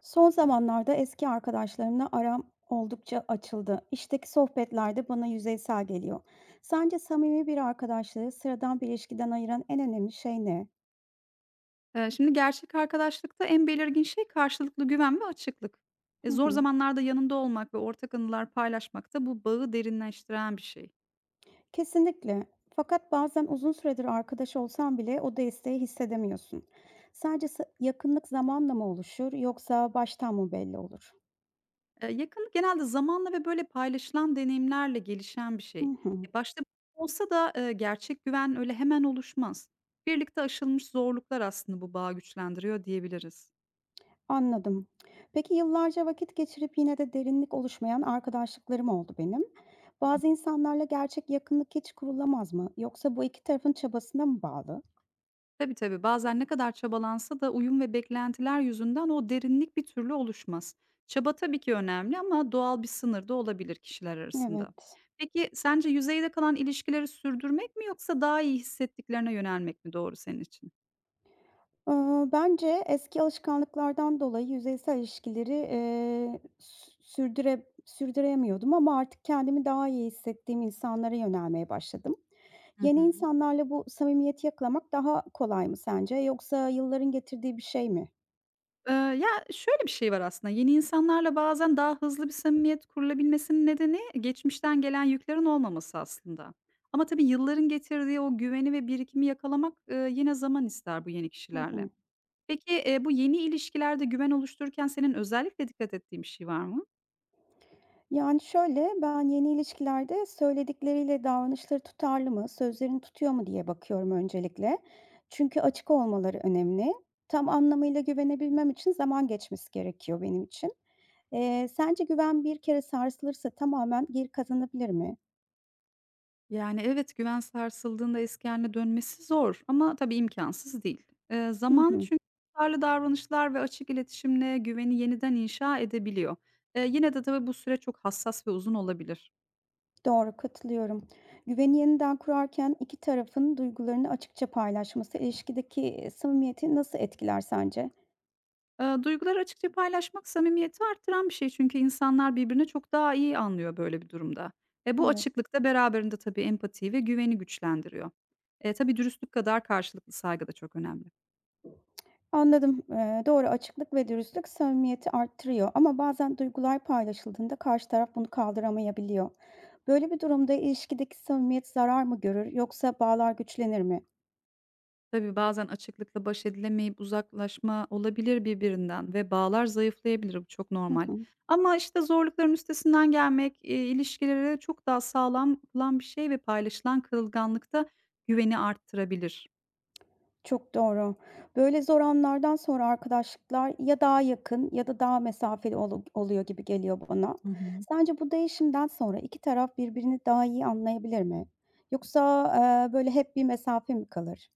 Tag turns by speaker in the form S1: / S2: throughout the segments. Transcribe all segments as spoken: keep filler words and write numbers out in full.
S1: Son zamanlarda eski arkadaşlarımla aram oldukça açıldı. İşteki sohbetlerde bana yüzeysel geliyor. Sence samimi bir arkadaşlığı sıradan bir ilişkiden ayıran en önemli şey ne?
S2: Eee, şimdi gerçek arkadaşlıkta en belirgin şey karşılıklı güven ve açıklık. E,
S1: Hı
S2: zor
S1: hı.
S2: zamanlarda yanında olmak ve ortak anılar paylaşmak da bu bağı derinleştiren bir şey.
S1: Kesinlikle. Fakat bazen uzun süredir arkadaş olsan bile o desteği hissedemiyorsun. Sadece sa- yakınlık zamanla mı oluşur yoksa baştan mı belli olur?
S2: E, yakınlık genelde zamanla ve böyle paylaşılan deneyimlerle gelişen bir
S1: Hı
S2: şey.
S1: hı.
S2: E, başta olsa da e, gerçek güven öyle hemen oluşmaz. Birlikte aşılmış zorluklar aslında bu bağı güçlendiriyor diyebiliriz.
S1: Anladım. Peki yıllarca vakit geçirip yine de derinlik oluşmayan arkadaşlıklarım oldu benim. Bazı insanlarla gerçek yakınlık hiç kurulamaz mı? Yoksa bu iki tarafın çabasına mı bağlı?
S2: Tabii, tabii. Bazen ne kadar çabalansa da uyum ve beklentiler yüzünden o derinlik bir türlü oluşmaz. Çaba tabii ki önemli ama doğal bir sınır da olabilir kişiler arasında.
S1: Evet.
S2: Peki sence yüzeyde kalan ilişkileri sürdürmek mi yoksa daha iyi hissettiklerine yönelmek mi doğru senin için?
S1: Ee, Bence eski alışkanlıklardan dolayı yüzeysel ilişkileri eee, sü- sürdüre, sürdüremiyordum ama artık kendimi daha iyi hissettiğim insanlara yönelmeye başladım.
S2: Hı
S1: Yeni
S2: hı.
S1: insanlarla bu samimiyeti yakalamak daha kolay mı sence yoksa yılların getirdiği bir şey mi?
S2: Eee, ya, şöyle bir şey var aslında, yeni insanlarla bazen daha hızlı bir samimiyet kurulabilmesinin nedeni geçmişten gelen yüklerin olmaması aslında. Ama tabii yılların getirdiği o güveni ve birikimi yakalamak, eee, yine zaman ister bu yeni
S1: Hı
S2: kişilerle.
S1: hı.
S2: Peki, eee, bu yeni ilişkilerde güven oluştururken senin özellikle dikkat ettiğin bir şey var mı?
S1: Yani, şöyle, ben yeni ilişkilerde söyledikleriyle davranışları tutarlı mı, sözlerini tutuyor mu diye bakıyorum öncelikle. Çünkü açık olmaları önemli. Tam anlamıyla güvenebilmem için zaman geçmesi gerekiyor benim için. Eee, sence güven bir kere sarsılırsa tamamen geri kazanabilir mi?
S2: Yani, evet, güven sarsıldığında eski hâline dönmesi zor ama tabii imkânsız değil. Eee,
S1: Hı
S2: zaman
S1: hı.
S2: çünkü tutarlı davranışlar ve açık iletişimle güveni yeniden inşa edebiliyor. Eee, yine de tabii bu süreç çok hassas ve uzun olabilir.
S1: Doğru, katılıyorum. Güveni yeniden kurarken iki tarafın duygularını açıkça paylaşması ilişkideki samimiyeti nasıl etkiler sence?
S2: Eee, duyguları açıkça paylaşmak samimiyeti arttıran bir şey. Çünkü insanlar birbirini çok daha iyi anlıyor böyle bir durumda. E, bu
S1: Evet.
S2: açıklık da beraberinde tabii empatiyi ve güveni güçlendiriyor. E, tabii dürüstlük kadar karşılıklı saygı da çok önemli.
S1: Anladım. Eee, doğru, açıklık ve dürüstlük samimiyeti arttırıyor ama bazen duygular paylaşıldığında karşı taraf bunu kaldıramayabiliyor. Böyle bir durumda ilişkideki samimiyet zarar mı görür yoksa bağlar güçlenir mi?
S2: Tabii bazen açıklıkla baş edilemeyip uzaklaşma olabilir birbirinden ve bağlar zayıflayabilir. Bu çok
S1: Hı
S2: normal.
S1: hı.
S2: Ama işte zorlukların üstesinden gelmek e, ilişkileri çok daha sağlam kılan bir şey ve paylaşılan kırılganlıkta güveni arttırabilir.
S1: Çok doğru. Böyle zor anlardan sonra arkadaşlıklar ya daha yakın ya da daha mesafeli olu- oluyor gibi geliyor bana.
S2: Hı hı.
S1: Sence bu değişimden sonra iki taraf birbirini daha iyi anlayabilir mi? Yoksa eee, böyle hep bir mesafe mi kalır?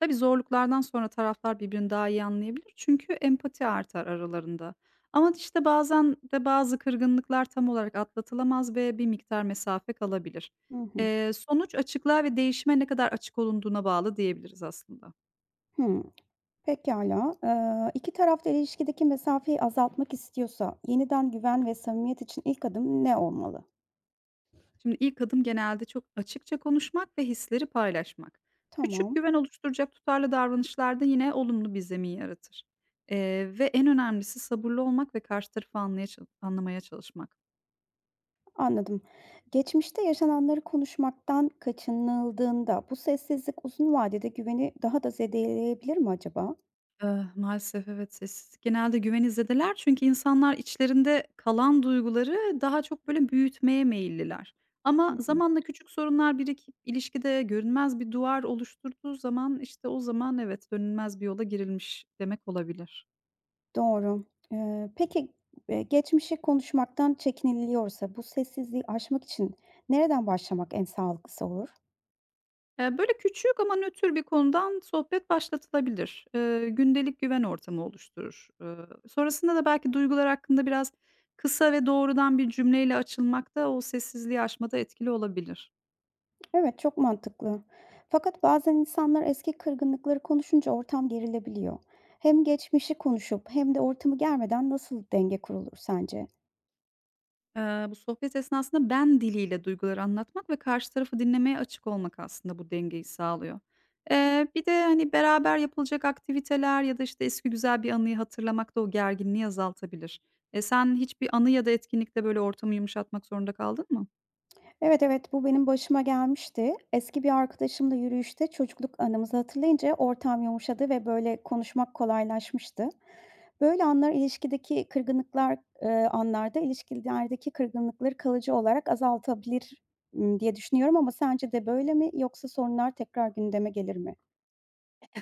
S2: Tabii, zorluklardan sonra taraflar birbirini daha iyi anlayabilir çünkü empati artar aralarında. Ama, işte, bazen de bazı kırgınlıklar tam olarak atlatılamaz ve bir miktar mesafe kalabilir.
S1: Hı hı.
S2: Eee, sonuç açıklığa ve değişime ne kadar açık olunduğuna bağlı diyebiliriz aslında.
S1: Hı. Pekala, Eee, iki taraf ilişkideki mesafeyi azaltmak istiyorsa yeniden güven ve samimiyet için ilk adım ne olmalı?
S2: Şimdi ilk adım genelde çok açıkça konuşmak ve hisleri paylaşmak. Küçük
S1: Tamam,
S2: güven oluşturacak tutarlı davranışlar yine olumlu bir zemin yaratır. Eee, ve en önemlisi sabırlı olmak ve karşı tarafı anlaya anlamaya çalışmak.
S1: anladım. Geçmişte yaşananları konuşmaktan kaçınıldığında bu sessizlik uzun vadede güveni daha da zedeleyebilir mi acaba?
S2: Eee, maalesef evet, sessizlik genelde güven izlediler. Çünkü insanlar içlerinde kalan duyguları daha çok böyle büyütmeye meyilliler.
S1: Hı
S2: Ama
S1: hı.
S2: zamanla küçük sorunlar birikip ilişkide görünmez bir duvar oluşturduğu zaman, işte, o zaman evet, dönülmez bir yola girilmiş demek olabilir.
S1: Doğru. Eee, peki, eee, geçmişi konuşmaktan çekiniliyorsa bu sessizliği aşmak için nereden başlamak en sağlıklısı olur?
S2: Eee, böyle küçük ama nötr bir konudan sohbet başlatılabilir. Eee, gündelik güven ortamı oluşturur. Eee, sonrasında da belki duygular hakkında biraz kısa ve doğrudan bir cümleyle açılmak da o sessizliği aşmada etkili olabilir.
S1: Evet, çok mantıklı. Fakat bazen insanlar eski kırgınlıkları konuşunca ortam gerilebiliyor. Hem geçmişi konuşup hem de ortamı germeden nasıl denge kurulur sence?
S2: Eee, bu sohbet esnasında ben diliyle duyguları anlatmak ve karşı tarafı dinlemeye açık olmak aslında bu dengeyi sağlıyor. Eee, bir de hani beraber yapılacak aktiviteler ya da işte eski güzel bir anıyı hatırlamak da o gerginliği azaltabilir. E, sen hiçbir anı ya da etkinlikte böyle ortamı yumuşatmak zorunda kaldın mı?
S1: Evet, evet, bu benim başıma gelmişti. Eski bir arkadaşımla yürüyüşte çocukluk anımızı hatırlayınca ortam yumuşadı ve böyle konuşmak kolaylaşmıştı. Böyle anlar ilişkideki kırgınlıklar e, anlarda ilişkilerdeki kırgınlıkları kalıcı olarak azaltabilir m, diye düşünüyorum ama sence de böyle mi yoksa sorunlar tekrar gündeme gelir mi?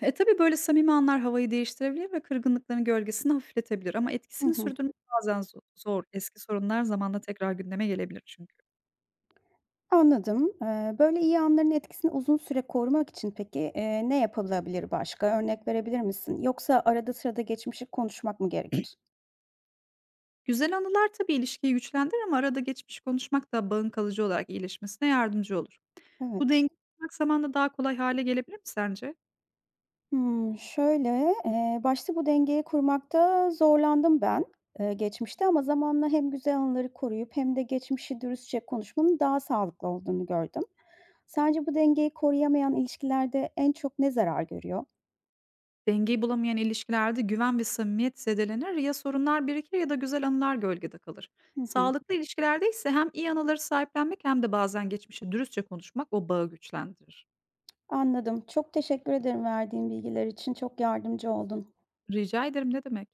S2: E, tabii böyle samimi anlar havayı değiştirebilir ve kırgınlıkların gölgesini hafifletebilir ama
S1: Hı
S2: etkisini
S1: hı.
S2: sürdürmek bazen zo- zor. Eski sorunlar zamanla tekrar gündeme gelebilir çünkü.
S1: Anladım. Eee, böyle iyi anların etkisini uzun süre korumak için peki, eee, ne yapılabilir başka? Örnek verebilir misin? Yoksa arada sırada geçmişi konuşmak mı gerekir?
S2: Güzel anılar tabii ilişkiyi güçlendirir ama arada geçmiş konuşmak da bağın kalıcı olarak iyileşmesine yardımcı olur. Bu
S1: Evet.
S2: dengeyi bulmak zamanla daha kolay hale gelebilir mi sence?
S1: Hımm, şöyle, eee, başta bu dengeyi kurmakta zorlandım ben, eee, geçmişte ama zamanla hem güzel anıları koruyup hem de geçmişi dürüstçe konuşmanın daha sağlıklı olduğunu gördüm. Sence bu dengeyi koruyamayan ilişkilerde en çok ne zarar görüyor?
S2: Dengeyi bulamayan ilişkilerde güven ve samimiyet zedelenir ya sorunlar birikir ya da güzel anılar gölgede kalır.
S1: Hı hı.
S2: Sağlıklı ilişkilerde ise hem iyi anıları sahiplenmek hem de bazen geçmişi dürüstçe konuşmak o bağı güçlendirir.
S1: Anladım. Çok teşekkür ederim verdiğin bilgiler için. Çok yardımcı oldun.
S2: Rica ederim ne demek?